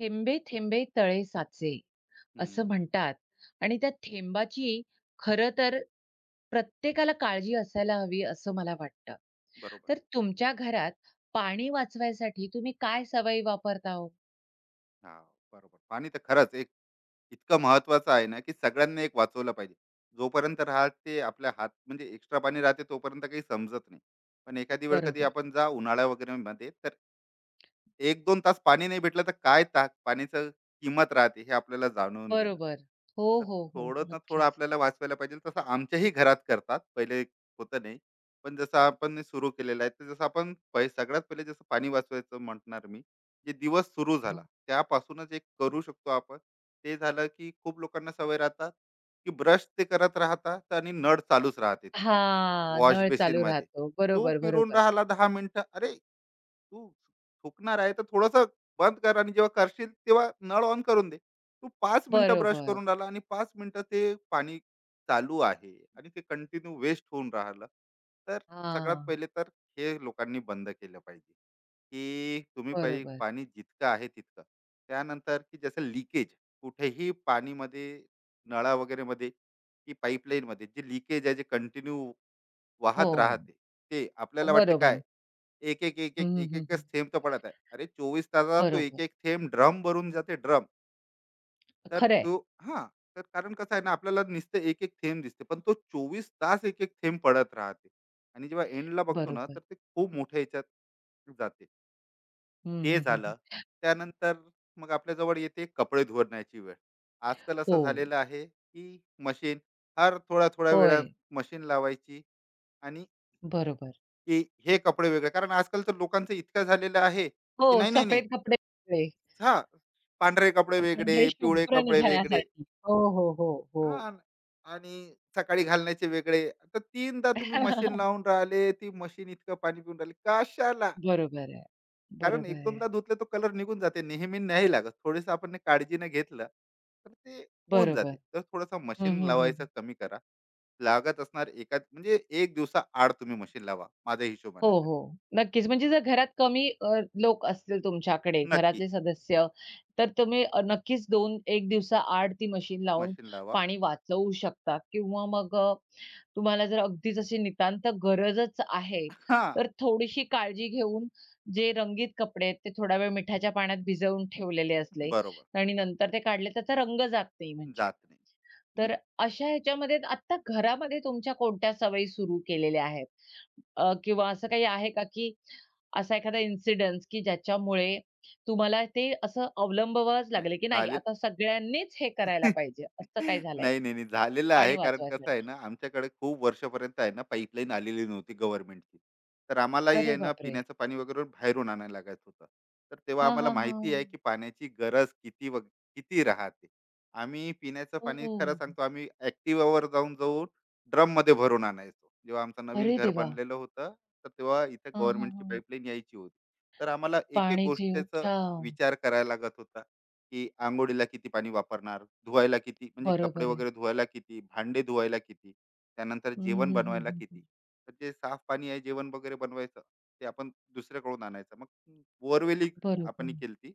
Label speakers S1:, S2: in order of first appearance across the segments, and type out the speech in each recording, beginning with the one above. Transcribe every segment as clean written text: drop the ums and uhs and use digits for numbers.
S1: थेंबे थेंबे तळे साचे असं
S2: हं,
S1: म्हणतात आणि त्या थेंबाची खरं तर प्रत्येकाला काळजी असायला हवी असं मला वाटतं.
S2: बरोबर.
S1: तर तुमच्या घरात पाणी वाचवायसाठी तुम्ही काय सवयी वापरता हो?
S2: हां, बरोबर. पाणी तर खरंच एक इतकं महत्त्वाचं आहे ना, की सगळ्यांनी एक वाचवलं पाहिजे. जोपर्यंत राहते आपल्या हात म्हणजे एक्स्ट्रा पाणी राहते तोपर्यंत काही समजत नाही. पण एखादी वेळ कधी
S1: बरोबर,
S2: आपण जा उन्हाळा वगैरेमध्ये तर एक 2 तास पाणी नाही भेटलं तर काय ताक पाण्याचं किंमत राहते हे आपल्याला जाणून घेणं.
S1: बरोबर. हो,
S2: तर
S1: हो, हो.
S2: थोडं ना थोडं
S1: नक्कीच.
S2: आपल्याला वाचवायला पाहिजे. तसं आमच्याही घरात करतात. पहिले होतं नाही. पण जसं आपण सुरू केलेलं आहे, तर जसं आपण सगळ्यात पहिले जसं पाणी वाचवायचं म्हणणार मी, जे दिवस सुरू झाला
S1: हां.
S2: त्यापासूनच एक करू शकतो आपण. ते झालं की खूप लोकांना सवय राहतात, की ब्रश ते करत राहतात आणि नळ चालूच राहते तिथे.
S1: हां,
S2: वॉश
S1: नळ चालू
S2: बेसिनमध्ये.
S1: राहतो.
S2: तो
S1: बरोबर,
S2: फिरून
S1: बरोबर.
S2: राहिला 10 मिनिटं. अरे तू थुकणार आहे तर थोडंसं बंद कर आणि जेव्हा करशील तेव्हा नळ ऑन करून दे. तू 5 मिनिटं ब्रश
S1: बरोबर.
S2: करून राहिला आणि 5 मिनिटं ते पाणी चालू आहे आणि ते कंटिन्यू वेस्ट होऊन राहिलं. तर सगळ्यात
S1: हां,
S2: पहिले तर हे लोकांनी बंद केलं पाहिजे, की तुम्ही पहिले
S1: बरोबर.
S2: पाणी जितकं आहे तितकं. त्यानंतर की जसं लीकेज कुठेही पाणीमध्ये, नळा वगैरेमध्ये की पाईपलाईनमध्ये जे लीकेज आहे, जे कंटिन्यू वाहत
S1: हो,
S2: राहते ते आपल्याला वाटते काय.
S1: बरोबर.
S2: एक एक एक
S1: हं,
S2: एक
S1: हं,
S2: एक
S1: हं, हं.
S2: एकच थेंब तर पडत आहे. अरे चोवीस तासात तो एक
S1: बरोबर.
S2: एक थेंब ड्रम भरून जाते ड्रम. तर
S1: खरं
S2: तो हा तर कारण कसं आहे ना, आपल्याला नुसतं एक एक थेंब दिसते, पण तो चोवीस तास एक एक थेंब पडत राहते आणि जेव्हा एंडला बघतो ना,
S1: बरोबर.
S2: तर ते खूप मोठ्या याच्यात जाते.
S1: हं,
S2: ते
S1: हं, हं, हं.
S2: झालं त्यानंतर मग आपल्याजवळ येते कपडे धुवण्याची वेळ. आजकाल असं
S1: हो.
S2: झालेलं आहे की मशीन हर थोडा थोड्या वेळात
S1: होय,
S2: मशीन लावायची. आणि
S1: बरोबर.
S2: की हे कपडे वेगळे, कारण आजकाल तर लोकांचं इतकं झालेलं आहे
S1: हो,
S2: की नाही, नाही, नाही.
S1: सफेद कपडे वेगळे,
S2: हा, पांढरे कपडे वेगळे,
S1: पांढरे
S2: पिवळे
S1: शुभ्र
S2: कपडे वेगळे.
S1: निघण्यासाठी. हो, हो, हो, हो.
S2: हा, आणि सकाळी घालण्याचे वेगळे. तर तीनदा तुम्ही मशीन लावून राहिले, ती मशीन इतकं पाणी पिऊन राहिली कशाला.
S1: बरोबर आहे.
S2: कारण
S1: बरोबर
S2: एक
S1: आहे.
S2: दोनदा धुतले तो कलर निघून जाते, नेहमी नाही लागत. थोडस आपण ने काळजीने घेतलं तर ते होऊन जाते.
S1: बरोबर.
S2: तर थोडासा
S1: हं,
S2: मशीन
S1: हं,
S2: लावायचं
S1: हं.
S2: कमी करा. लागत असणार एका म्हणजे एक दिवसा आड तुम्ही मशीन लावा माझ्या
S1: हो,
S2: हिशोबाने तरी.
S1: हो. नक्कीच. म्हणजे जर घरात कमी लोक असतील तुमच्याकडे,
S2: नक्की,
S1: घरातले सदस्य, तर तुम्ही नक्कीच दोन एक दिवसा आड ती मशीन लावून
S2: मशीन लावा.
S1: पाणी वाचवू शकता किंवा मग तुम्हाला जर अगदीच अशी नितांत गरजच आहे,
S2: हां,
S1: तर थोडीशी काळजी घेऊन जे रंगीत कपडे आहेत, ते थोडा वेळ मिठाच्या पाण्यात भिजवून ठेवलेले असले
S2: बरोबर.
S1: आणि नंतर ते काढले, त्याचा रंग जात नाही म्हणजे.
S2: जात नाही. मी
S1: तर अशा ह्याच्यामध्ये आत्ता घरामध्ये तुमच्या कोणत्या सवयी सुरू केलेल्या आहेत? किंवा असं काही आहे का, की असा एखादा इन्सिडन्स, की ज्याच्यामुळे तुम्हाला ते असं अवलंबावच
S2: नाही
S1: लागले, की नाही
S2: झाले.
S1: आता सगळ्यांनीच हे करायला पाहिजे, असं काय झालंय
S2: नाही, नाही, नाही. झालेलं आहे,
S1: पाणी
S2: कारण कसं आहे
S1: वाचवायसाठी?
S2: ना, आमच्याकडे खूप वर्षापर्यंत आहे ना पाईपलाईन आलेली नव्हती गव्हर्नमेंटची. तर आम्हालाही
S1: अरे
S2: आहे ना
S1: बापरे!
S2: पिण्याचं पाणी वगैरे बाहेरून आणायला लागायचं होतं. तर तेव्हा
S1: हां,
S2: आम्हाला
S1: हां,
S2: माहिती
S1: हां.
S2: आहे की पाण्याची गरज किती व किती राहते. आम्ही पिण्याचं पाणी खरं
S1: ओह!
S2: सांगतो, आम्ही Activaवर जाऊन-जाऊन ड्रममध्ये भरून आणायचो. जेव्हा आमचं नवीन
S1: अरे
S2: घर
S1: देवा!
S2: बनलेलं होतं, तर तेव्हा इथे
S1: हां, हां,
S2: गव्हर्नमेंटची
S1: हां.
S2: पाईपलाईन यायची होती. तर आम्हाला एक-एक
S1: पाण्याची
S2: गोष्टीचा
S1: अच्छा.
S2: विचार करायला लागत होता. की आंघोळीला किती पाणी वापरणार, धुवायला किती म्हणजे कपडे
S1: बरोबर आहे.
S2: वगैरे धुवायला किती, भांडे धुवायला किती, त्यानंतर
S1: हं,
S2: जेवण
S1: हं, हं,
S2: बनवायला
S1: हं,
S2: किती.
S1: हं.
S2: तर जे साफ पाणी आहे जेवण वगैरे बनवायचं, ते आपण दुसऱ्याकडून आणायचं. मग बोअरवेली
S1: बरोबर.
S2: आपण केलती.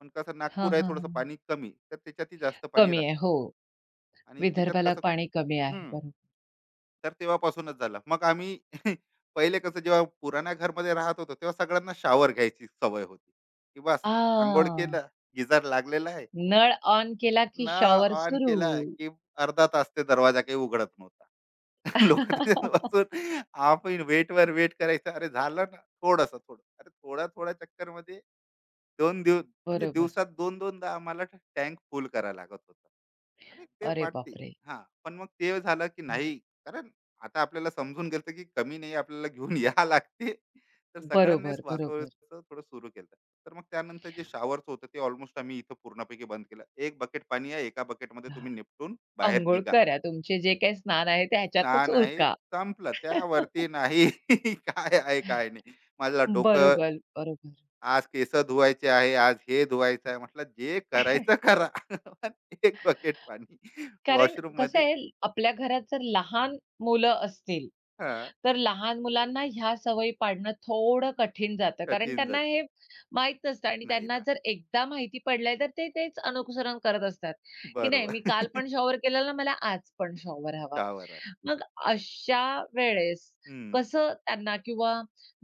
S2: पण कसं,
S1: हां,
S2: नागपूर आहे
S1: हां,
S2: थोडंसं
S1: हां.
S2: पाणी कमी, तर त्याच्यातही जास्त पाणी
S1: कमी
S2: राहतं
S1: आहे. हो.
S2: आणि त्याच्यात
S1: विदर्भाला
S2: कसं.
S1: पाणी कमी आहे.
S2: हं.
S1: बरोबर.
S2: तर तेव्हापासूनच झालं. मग आम्ही पहिले कसं जेव्हा पुराण्या घरमध्ये राहत होतो, तेव्हा सगळ्यांना शॉवर घ्यायची सवय होती, की बस,
S1: आ,
S2: अंघोळ केलं, गिझर लागलेला आहे.
S1: नळ ऑन केला की
S2: नळ
S1: शॉवर
S2: ऑन
S1: सुरू.
S2: केला की अर्धा तास ते दरवाजा काही उघडत नव्हता. लोक तिथे बसून आपण वेटवर वेट करायचं. अरे, झालं ना थोडंसं थोडं. अरे थोड्या थोड्या चक्करमध्ये दोन दिवस म्हणजे
S1: बरोबर.
S2: दिवसात 2-2दा आम्हाला टँक फुल करायला लागत होता. आणि ते
S1: अरे
S2: वाटते.
S1: बापरे!
S2: हां. पण मग ते झालं की नाही, कारण आता आपल्याला समजून गेलं की कमी नाही आपल्याला घेऊन यावं लागते. तर सगळ्यांनीच
S1: बरोबर, बरोबर.
S2: वाचवायचं थोडं सुरू केलं. तर मग त्यानंतर जे शॉवरच होतं ते ऑलमोस्ट आम्ही इथं पूर्णपैकी बंद केलं. एक बकेट पाणी आहे. एका बकेटमध्ये
S1: हां.
S2: तुम्ही निपटून बाहेर
S1: अंघोळ
S2: निघा.
S1: करा. तुमचे जे काही स्नान आहे त्याच्यातच
S2: स्नान आहे,
S1: उरका.
S2: संपलं. त्यावरती नाही काय आहे, काय नाही. मला डोकं
S1: बरोबर, बरोबर.
S2: आज केस धुवायचे आहे, आज हे धुवायचं आहे. म्हटलं, जे करायचं करा. पण एक बकेट पाणी
S1: कारण कसं
S2: वॉशरूममध्ये.
S1: आहे आपल्या घरात जर लहान मुलं असतील
S2: हां.
S1: तर लहान मुलांना ह्या सवयी पाडणं थोडं कठीण जातं. कारण
S2: कठीण जात
S1: त्यांना हे माहित नसतं आणि
S2: नाही
S1: त्यांना
S2: राहत.
S1: जर एकदा माहिती पडलंय, तर ते तेच अनुसरण करत असतात, की नाही
S2: बरोबर.
S1: मी काल पण शॉवर केलेला, मला आज पण शॉवर हवा.
S2: शॉवर आहे.
S1: मग अशा वेळेस
S2: हं.
S1: कसं त्यांना किंवा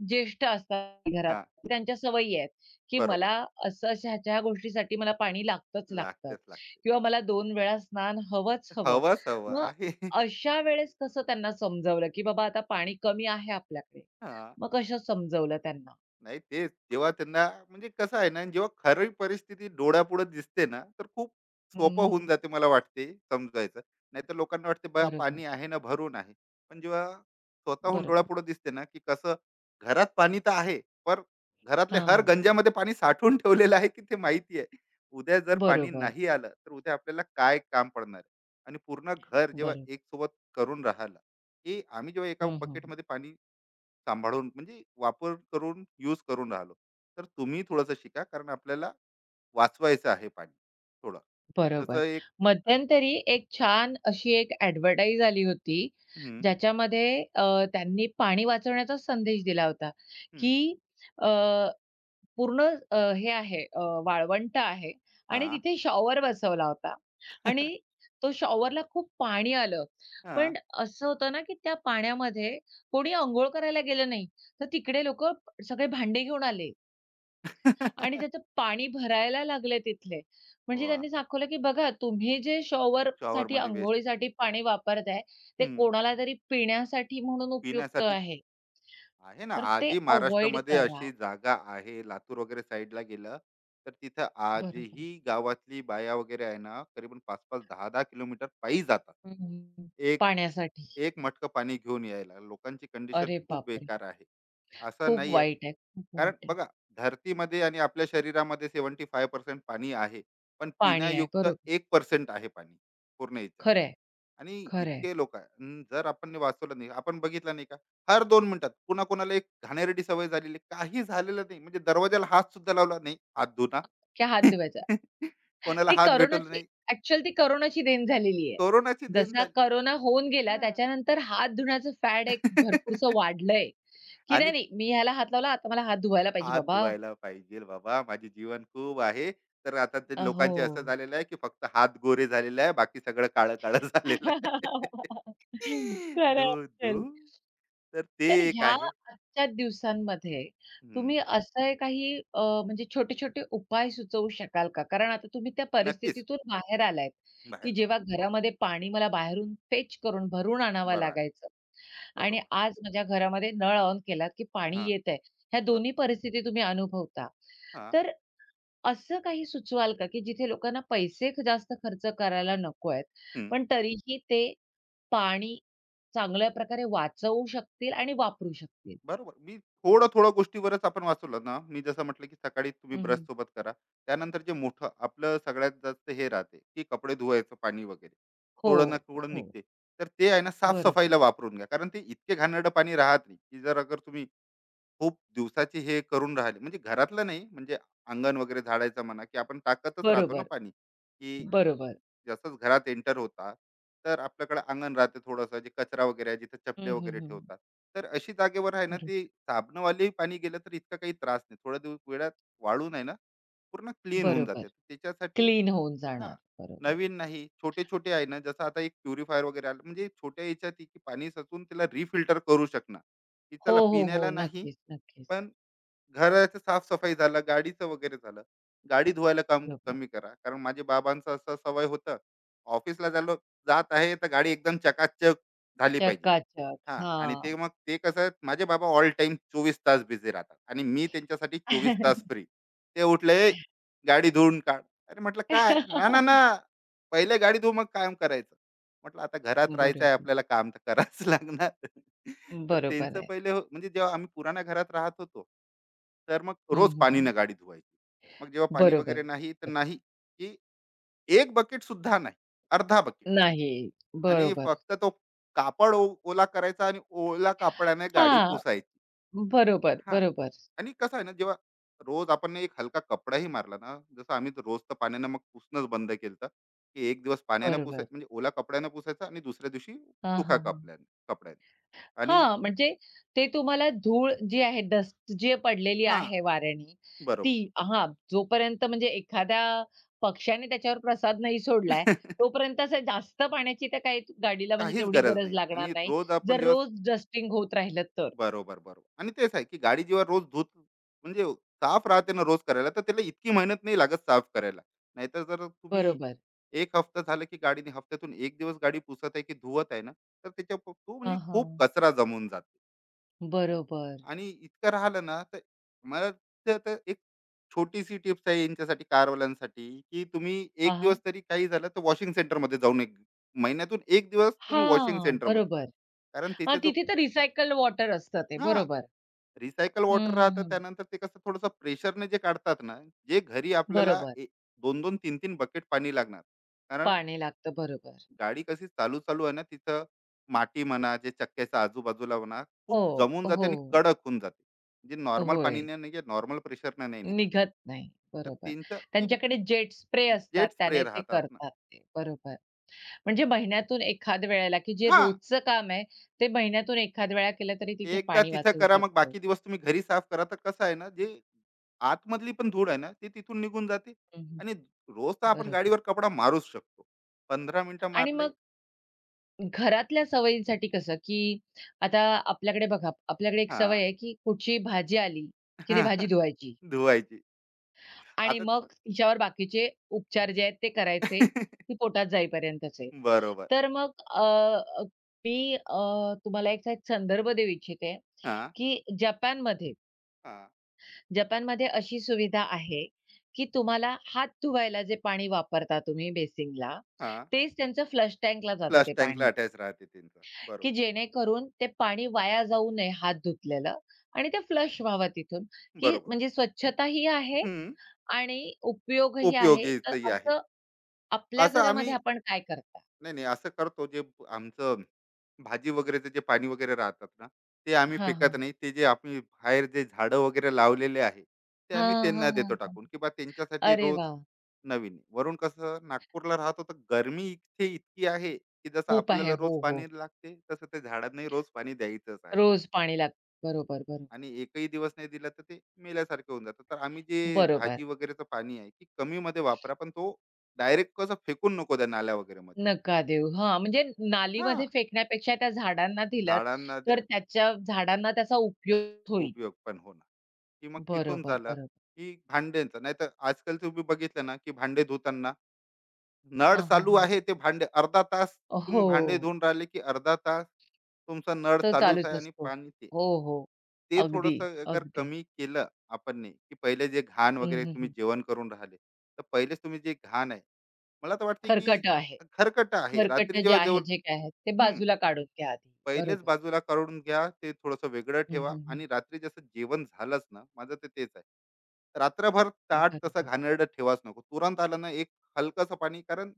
S1: ज्येष्ठ असतात घरात,
S2: हां.
S1: त्यांच्या सवयी आहेत, की
S2: बरोबर.
S1: मला असं अशा ह्याच्या गोष्टीसाठी मला पाणी लागतंच लागतं
S2: लागतेच लागते.
S1: किंवा मला 2 वेळा स्नान हवंच हवं.
S2: हवंच हवं
S1: मग
S2: आहे.
S1: अशा वेळेस कसं त्यांना समजावलं, की बाबा आता पाणी कमी आहे आपल्याकडे.
S2: हां.
S1: मग कसं समजावलं त्यांना?
S2: नाही, तेच. जेव्हा त्यांना म्हणजे कसं आहे ना, जेव्हा खरी परिस्थिती डोळ्यापुढे दिसते ना, तर खूप
S1: हं,
S2: सोपं
S1: हं,
S2: होऊन
S1: हं.
S2: जाते मला वाटते समजायचं. नाहीतर लोकांना वाटते बा
S1: बरोबर,
S2: पाणी आहे ना भरून आहे. पण जेव्हा स्वतःहून
S1: बरोबर.
S2: डोळ्यापुढे दिसते ना, की कसं घरात पाणी तर आहे, पण घरातल्या हर
S1: हां.
S2: गंजामध्ये पाणी साठवून ठेवलेलं आहे, की ते माहिती आहे. उद्या जर पाणी
S1: बरोबर,
S2: नाही आलं, तर उद्या आपल्याला काय काम पडणार आहे? आणि पूर्ण घर जेव्हा
S1: बरोबर.
S2: एकसोबत करून राहिलं, की आम्ही जेव्हा एका
S1: हं, हं.
S2: बकेटमध्ये पाणी सांभाळून म्हणजे वापर करून यूज करून राहिलो, तर तुम्ही थोडंसं शिका, कारण आपल्याला वाचवायचं आहे पाणी थोडं. जसं
S1: बरोबर.
S2: एक
S1: मध्यंतरी एक छान अशी एक ॲडव्हर्टाइज आली होती,
S2: हम्म,
S1: ज्याच्यामध्ये अ, त्यांनी पाणी वाचवण्याचा संदेश दिला होता, की
S2: हम्म,
S1: पूर्ण हे आहे वाळवंट आहे आणि
S2: हा.
S1: तिथे शॉवर बसवला होता आणि तो शॉवरला खूप पाणी आलं.
S2: हा.
S1: पण असं होतं ना, की त्या पाण्यामध्ये कोणी अंघोळ करायला गेलं नाही. तर तिकडे लोकं सगळे भांडे घेऊन आले आणि त्याचं पाणी भरायला लागले तिथले. म्हणजे
S2: वा,
S1: त्यांनी दाखवलं, की बघा तुम्ही जे
S2: शॉवर
S1: शॉवरसाठी,
S2: मध्ये वेस्ट.
S1: अंघोळीसाठी पाणी वापरताय, ते कोणाला तरी पिण्यासाठी म्हणून उपयुक्त
S2: पिण्यासाठी
S1: आहे.
S2: आहे ना.
S1: तर ते
S2: आजही
S1: अव्हॉइड
S2: महाराष्ट्रामध्ये
S1: करा.
S2: अशी जागा आहे, लातूर वगैरे साईडला गेलं तर तिथं
S1: बरोबर.
S2: आजही गावातली बाया वगैरे आहे ना करीबन पाच पाच दहा दहा किलोमीटर पायी जातात
S1: हं,
S2: एक
S1: पाण्यासाठी.
S2: एक मटकं पाणी घेऊन यायला. लोकांची कंडिशन
S1: अरे
S2: खूप
S1: बापरे!
S2: बेकार आहे, असं
S1: खूप
S2: नाही आहे.
S1: वाईट आहे, खूप
S2: कारण
S1: वाईट आहे.
S2: बघा, धरतीमध्ये आणि आपल्या शरीरामध्ये सेवन्टी फाय पर्सेंट पाणी आहे, पण
S1: पाणी आहे,
S2: पिण्यायुक्त
S1: बरोबर.
S2: एक पर्सेंट आहे पाणी पूर्ण याच्यात.
S1: खरं आहे,
S2: आणि इतके लोक आहे, अन जर आपण नाही वाचवलं, नाही आपण बघितलं नाही का, हर दोन मिनिटात कुणाकुणाला एक घाणेरडी सवय झालेली आहे. काही झालेलं नाही म्हणजे दरवाजाला हात सुद्धा लावला नाही हात धुना.
S1: क्या हाथ धुवायचा.
S2: कोणाला
S1: ते
S2: हात भेटवला
S1: कोरोनाची
S2: नाही.
S1: ॲक्चुअल ती कोरोनाची देण झालेली आहे.
S2: कोरोनाची देण
S1: जसा
S2: झाली.
S1: कोरोना होऊन गेला
S2: हा.
S1: त्याच्यानंतर हात धुण्याचं फॅड एक भरपूरसं वाढलंय, की
S2: आणि
S1: नाही, नाही मी ह्याला हात लावला, आता मला हात धुवायला पाहिजे
S2: हात
S1: बाबा.
S2: धुवायला पाहिजे बाबा, माझे जीवन खूप आहे. तर आता ते
S1: हो.
S2: लोकांचे असं झालेलं आहे की फक्त हात गोरे झालेलं आहे, बाकी सगळं काळं काळं झालेलं आहे.
S1: खरं
S2: धू
S1: असेल.
S2: धू. तर ते
S1: तर
S2: एक
S1: ह्या
S2: आहे.
S1: आजच्या दिवसांमध्ये
S2: हम्म,
S1: तुम्ही असं काही म्हणजे छोटे-छोटे उपाय सुचवू शकाल का? कारण आता तुम्ही त्या
S2: नक्कीच.
S1: परिस्थितीतून बाहेर आलायत,
S2: बाहेर
S1: की जेव्हा घरामध्ये पाणी मला बाहेरून फेच करून भरून आणावं
S2: बरं आहे.
S1: लागायचं. आणि
S2: बरोबर.
S1: आज माझ्या घरामध्ये नळ ऑन केला, की
S2: हा.
S1: पाणी येत आहे. ह्या
S2: बरोबर.
S1: दोन्ही परिस्थिती तुम्ही अनुभवता.
S2: हा.
S1: तर असं काही सुचवाल का, की जिथे लोकांना पैसे जास्त खर्च करायला नको आहेत, पण तरीही ते पाणी चांगल्या प्रकारे वाचवू शकतील आणि वापरू शकतील?
S2: बरोबर. मी थोडं, थोडं गोष्टीवरच आपण वाचवलं ना. मी जसं म्हटलं, की सकाळी तुम्ही
S1: हं,
S2: ब्रशसोबत करा. त्यानंतर जे मोठं आपलं सगळ्यात जास्त हे राहते, की कपडे धुवायचं पाणी वगैरे.
S1: हो,
S2: थोडं ना थोडं
S1: हो.
S2: निघते. तर ते आहे ना, साफ-सफाईला
S1: बरोबर.
S2: वापरून घ्या. कारण ते इतके घाणेरडं पाणी राहत नाही, की जर अगर तुम्ही खूप दिवसाची हे करून राहिले म्हणजे घरातलं नाही, म्हणजे अंगण वगैरे झाडायचं म्हणा, की आपण टाकतच राहतो ना
S1: बरोबर,
S2: पाणी, की
S1: बरोबर.
S2: जसंच घरात एंटर होतात, तर आपल्याकडे अंगण राहते थोडंसं, जे कचरा वगैरे आहे जिथे चपले
S1: हं, हं,
S2: वगैरे
S1: हं.
S2: ठेवतात, तर अशी जागेवर आहे ना, ती
S1: बरोबर.
S2: साबणवाली पाणी गेलं तर इतका काही त्रास नाही, थोड्या दिवस वेळात वाळून आहे ना पूर्ण क्लीन होऊन
S1: बरोबर.
S2: जाते. तर त्याच्यासाठी
S1: क्लीन होऊन
S2: हा,
S1: जाणार. बरोबर.
S2: नवीन नाही, छोटे छोटे आहे ना, जसं आता एक प्युरिफायर वगैरे आलं, म्हणजे छोट्या याच्यात ती की पाणी सचून तिला रिफिल्टर करू शकणार, की
S1: हो,
S2: चला
S1: हो, हो.
S2: पिण्याला नाही,
S1: नक्कीच, नक्कीच.
S2: पण घराचं साफसफाई झालं, गाडीचं वगैरे झालं. गाडी धुवायला काम
S1: बरोबर.
S2: कमी करा. कारण माझे बाबांचं असं सवय होतं, ऑफिसला झालो जात आहे, तर गाडी एकदम चकाचक झाली पाहिजे.
S1: चकाचक.
S2: हां. आणि ते
S1: हां.
S2: मग ते कसं, माझे बाबा ऑल टाइम 24 तास बिझी राहतात आणि मी त्यांच्यासाठी 24 तास फ्री. ते उठले, "ए, गाडी धुवून काढ." अरे म्हटलं, "काय?" "ना, ना, ना. पहिले गाडी धुव, मग काम करायचं." म्हटलं, "आता घरात राहायचं आहे,
S1: बरोबर.
S2: आपल्याला काम तर करावंच लागणार." तर
S1: बरोबर
S2: त्यांचं
S1: आहे.
S2: पहिले हो म्हणजे जेव्हा आम्ही पुराण्या घरात राहत होतो, तर मग रोज
S1: हं, हं, हं.
S2: पाणीनं गाडी धुवायची. मग जेव्हा पाणी वगैरे
S1: बरोबर.
S2: नाही, तर नाही की 1 बकेट सुद्धा नाही, अर्धा बकेट.
S1: नाही.
S2: आणि
S1: बरोबर.
S2: फक्त तो कापड ओला करायचा आणि ओला कापडाने गाडी
S1: हां.
S2: पुसायची.
S1: बरोबर,
S2: हा.
S1: बरोबर,
S2: आणि कसं आहे ना, जेव्हा रोज आपण एक हलका कपडाही मारला ना, जसं आम्ही तर रोज तर पाण्याने मग पुसणंच बंद केलं, की एक दिवस पाण्याने पुसाय
S1: बरोबर.
S2: म्हणजे ओला कपड्याने पुसायचा आणि दुसऱ्या दिवशी
S1: हां,
S2: सुका
S1: हां, हां.
S2: कपड्याने कपड्याने. आणि
S1: हां, म्हणजे ते तुम्हाला धूळ जी आहे, डस्ट जी पडलेली
S2: हा,
S1: आहे वाऱ्याने,
S2: बरोबर.
S1: ती हां, जोपर्यंत म्हणजे एखाद्या पक्ष्याने त्याच्यावर प्रसाद नाही सोडलाय, तोपर्यंत असं जास्त पाण्याची तर काही गाडीला म्हणजे
S2: काहीच
S1: तेवढी
S2: गरज
S1: गरज
S2: नाही.
S1: लागणार
S2: आणि
S1: नाही.
S2: रोज आपण
S1: जर
S2: जेव्हा
S1: रोज डस्टिंग होत राहिलं तर.
S2: बरोबर, बरोबर. आणि तेच आहे की गाडी जेव्हा रोज धुत म्हणजे साफ राहते ना रोज करायला, तर त्याला इतकी मेहनत नाही लागत साफ करायला. नाहीतर जर तुम्ही
S1: बरोबर.
S2: 1 हफ्ता झालं की गाडीने हफ्त्यातून 1 दिवस गाडी पुसत आहे की धुवत आहे ना, तर त्याच्या तो म्हणजे
S1: हां, हां.
S2: खूप कचरा जमून जाते.
S1: बरोबर.
S2: आणि इतकं राहिलं ना, तर मला तर तर एक छोटीशी टिप्स आहे यांच्यासाठी कारवाल्यांसाठी, की तुम्ही
S1: आ
S2: 1
S1: हां.
S2: दिवस तरी काही झालं तर वॉशिंग सेंटरमध्ये जाऊन एक महिन्यातून 1 दिवस तुम्ही वॉशिंग
S1: हां,
S2: सेंटरमध्ये.
S1: बरोबर.
S2: कारण त्याचा
S1: हां,
S2: जो
S1: तिथे तर रिसायकल्ड वॉटर असतं ते.
S2: हां.
S1: बरोबर.
S2: रिसायकल
S1: हं,
S2: वॉटर
S1: हं,
S2: राहतं,
S1: हं.
S2: त्यानंतर ते कसं थोडंसं प्रेशरने जे काढतात ना, जे घरी आपल्याला
S1: बरोबर.
S2: दोन दोन तीन तीन बकेट पाणी लागणार. कारण
S1: पाणी लागतं. बरोबर.
S2: गाडी कशी चालू चालू आहे ना तिथं माती म्हणा, जे चक्क्याच्या आजूबाजूला म्हणा, खूप
S1: हो,
S2: जमून जाते आणि
S1: हो.
S2: कडक होऊन जाते, जे नॉर्मल
S1: होय.
S2: पाणीने नाही नॉर्मल प्रेशरने नाही निघत.
S1: निघत नाही.
S2: तर
S1: बरोबर.
S2: त्यांचं की
S1: त्यांच्याकडे जेट स्प्रे असतात.
S2: जेट स्प्रे
S1: त्याने ते
S2: राहतात ना.
S1: करतात ते. बरोबर. म्हणजे महिन्यातून एखाद वेळेला, की जे
S2: हा.
S1: रोजचं काम आहे, ते महिन्यातून एखाद वेळा केलं तरी तिथे
S2: एकदा
S1: पाणी
S2: तिथं
S1: वाचवू
S2: करा, मग
S1: शकतो.
S2: बाकी दिवस तुम्ही घरी साफ करा. तर कसं आहे ना, जे आतमधली पण धूळ आहे ना ती तिथून निघून जाते,
S1: हं,
S2: आणि रोज तर आपण
S1: बरोबर.
S2: गाडीवर कपडा मारूच शकतो. पंधरा मिनिटं
S1: आणि
S2: मारले.
S1: मग घरातल्या सवयींसाठी कसं, की आता आपल्याकडे बघा, आपल्याकडे एक
S2: हा.
S1: सवय आहे, की कुठची भाजी आली, की ती भाजी
S2: हा,
S1: धुवायची
S2: धुवायची.
S1: आणि
S2: आता
S1: मग तिच्यावर बाकीचे उपचार जे आहेत ते करायचे, ती पोटात जाईपर्यंतचे.
S2: बरोबर.
S1: तर मग अ, अ, मी अ, तुम्हाला एक साइड संदर्भ देऊ इच्छिते,
S2: हा.
S1: की जपानमध्ये
S2: हा.
S1: जपानमध्ये अशी सुविधा आहे, की तुम्हाला हात धुवायला जे पाणी वापरता तुम्ही बेसिनला,
S2: हा.
S1: तेच त्यांचं फ्लश टँकला जातं
S2: फ्लश
S1: ते
S2: टँकला
S1: पाणी.
S2: अटॅच राहते त्यांचा. बरोबर.
S1: की जेणेकरून ते पाणी वाया जाऊ नये हात धुतलेलं आणि ते फ्लश व्हावं तिथून, की
S2: बरोबर.
S1: म्हणजे स्वच्छताही आहे
S2: हम्म.
S1: आणि उपयोगही आहे. तर
S2: उपयोगीचही आहे.
S1: असं आपल्या
S2: असं
S1: घरामध्ये
S2: आम्ही
S1: आपण काय करता?
S2: नाही, नाही. असं करतो जे आमचं भाजी वगैरेचं जे पाणी वगैरे राहतात ना, ते आम्ही
S1: हां,
S2: फेकत
S1: हां.
S2: नाही. ते जे आम्ही बाहेर जे झाडं वगैरे लावलेले आहे, ते आम्ही
S1: हां,
S2: त्यांना
S1: हां, हां,
S2: देतो
S1: हां.
S2: टाकून, की बा त्यांच्यासाठी
S1: अरे
S2: रोज
S1: वाह!
S2: नवीन. वरून कसं नागपूरला राहतो, तर गरमी इथे इतकी आहे की जसं
S1: खूप आहे.
S2: आपल्याला रोज
S1: हो, हो.
S2: पाणी लागते, तसं त्या झाडांनाही रोज पाणी द्यायचंच आहे.
S1: रोज पाणी लागतं. बरोबर, बरोबर.
S2: आणि एकही दिवस नाही दिलं तर ते मेल्यासारखं होऊन जातं. तर आम्ही जे
S1: बरोबर.
S2: भाजी वगैरेचं पाणी आहे की कमीमध्ये वापरा, पण तो डायरेक्ट कसं फेकून नको द्या नाल्या वगैरेमध्ये.
S1: नका देऊ. हां, म्हणजे
S2: हां,
S1: नालीमध्ये फेकण्यापेक्षा त्या झाडांना दिलत,
S2: झाडांना द्या.
S1: तर त्याच्या झाडांना त्याचा उपयोग होईल.
S2: उपयोग पण होणार. की मग तिथून
S1: बरोबर,
S2: झालं
S1: बरोबर.
S2: की भांड्यांचं, नाही तर आजकाल तुम्ही बघितलं ना की भांडे धुताना नळ
S1: हां, हां,
S2: चालू
S1: हां.
S2: आहे, ते भांडे अर्धा तास तुम्ही
S1: हो.
S2: भांडे धुवून राहिले की अर्धा तास तुमचा नळ
S1: तर
S2: चालूच
S1: चालूच
S2: आहे आणि
S1: असतो.
S2: पाणी ते
S1: हो, हो.
S2: ते थोडस
S1: अगदी,
S2: अगर
S1: अगदी.
S2: कमी केलं आपण नी, की पहिले जे घाण
S1: हं,
S2: वगैरे
S1: हं,
S2: तुम्ही
S1: हं.
S2: जेवण करून राहिले तर पहिलेच तुम्ही जे घाण आहे, मला तर वाटते की
S1: खरकटं आहे.
S2: खरकट आहे
S1: खरकट
S2: रात्री
S1: जे
S2: जेव्हा
S1: आहे,
S2: जेवण
S1: जे काय आहे, ते बाजूला काढून घ्या आधी.
S2: पहिलेच
S1: बरोबर.
S2: बाजूला काढून घ्या, ते थोडंसं वेगळं
S1: हं,
S2: ठेवा,
S1: हं, हं.
S2: आणि रात्री जसं जेवण झालंच ना माझं, ते तेच आहे रात्रभर ताट तसं
S1: बरोबर.
S2: घाणेरडं ठेवाच नको, तुरंत आलं ना एक हलकंसं पाणी, कारण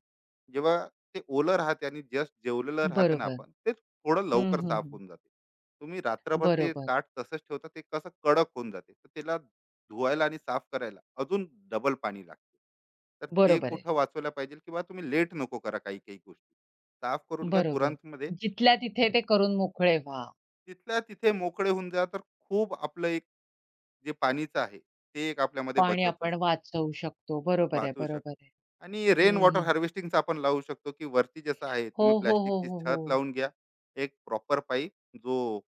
S2: जेव्हा ते ओलं राहते आणि जस्ट जेवलेलं राहते ना,
S1: बरोबर.
S2: आपण ते थोडं
S1: हं,
S2: लवकर
S1: हं,
S2: साफ
S1: हं.
S2: होऊन जाते. तुम्ही रात्रभर ते
S1: बरोबर.
S2: ताट तसंच ठेवता, ते कसं कडक होऊन जाते, तर त्याला धुवायला आणि साफ करायला अजून डबल पाणी लागते. तर ते
S1: बरोबर आहे.
S2: कुठं वाचवायला पाहिजे, किंवा तुम्ही लेट नको करा काही काही गोष्टी, साफ करून घ्या
S1: बरोबर.
S2: तुरंत मध्ये,
S1: जिथल्या तिथे ते करून मोकळे व्हा.
S2: तिथल्या तिथे मोकळे होऊन जा, तर खूप आपलं एक जे पाणीचं आहे ते एक आपल्यामध्ये
S1: पाणी
S2: बचत होऊ
S1: आपण वाचवू शकतो. बरोबर आहे,
S2: वाचू शकतो.
S1: बरोबर आहे.
S2: आणि रेन
S1: हं,
S2: वॉटर
S1: हं.
S2: हार्वेस्टिंगचं आपण लावू शकतो, की वरती जसं आहे
S1: हो,
S2: तुम्ही
S1: हो, हो,
S2: प्लॅस्टिकची
S1: हो,
S2: छत
S1: हो.
S2: लावून घ्या, एक प्रॉपर पाईप जो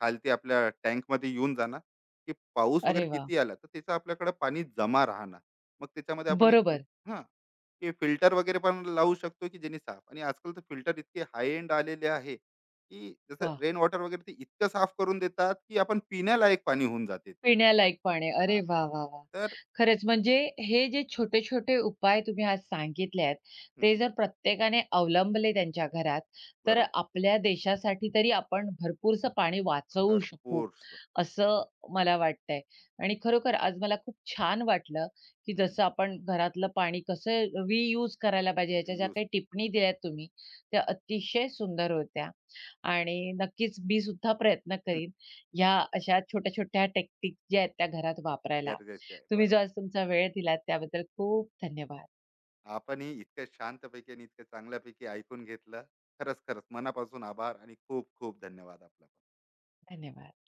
S2: खालती आपल्या टँकमध्ये येऊन जाणार, की पाऊस वगैरे
S1: अरे वाह!
S2: किती आला तर त्याचं आपल्याकडे पाणी जमा राहणार, मग त्याच्यामध्ये आपण एक
S1: बरोबर.
S2: हां, की फिल्टर वगैरे पण लावू शकतो, की ज्यांनी साफ. आणि आजकाल तर फिल्टर इतके हाय एंड आलेले आहे की जसं
S1: वाह!
S2: रेन वॉटर वगैरे ते इतकं साफ करून देतात की आपण पिण्यालायक पाणी होऊन जाते ते.
S1: पिण्यालायक पाणी. अरे
S2: हां.
S1: वाह, वाह, वाह!
S2: तर
S1: खरंच म्हणजे हे जे छोटे-छोटे उपाय तुम्ही आज सांगितले आहेत, ते
S2: हं,
S1: जर प्रत्येकाने अवलंबले त्यांच्या घरात, तर
S2: बरोबर.
S1: आपल्या देशासाठी तरी आपण भरपूरसं पाणी वाचवू शकू,
S2: भरपूर.
S1: असं मला वाटतंय. आणि खरोखर आज मला खूप छान वाटलं, की
S2: हं,
S1: जसं आपण घरातलं पाणी कसं रियूज करायला पाहिजे, ह्याच्या ज्या
S2: रियूज.
S1: काही टिप्पणी दिल्यात तुम्ही, त्या अतिशय सुंदर होत्या. आणि नक्कीच मी सुद्धा प्रयत्न
S2: हं,
S1: करीन, ह्या अशा छोट्या-छोट्या टेक्निक ज्या आहेत त्या घरात वापरायला.
S2: गरजेचे आहे.
S1: तुम्ही जो
S2: बरोबर.
S1: आज तुमचा वेळ दिलात त्याबद्दल खूप धन्यवाद.
S2: आपणही इतक्या शांतपैकी आणि इतक्या चांगल्यापैकी ऐकून घेतलं. खरंच, खरंच मनापासून आभार आणि खूप खूप धन्यवाद आपलं.
S1: धन्यवाद.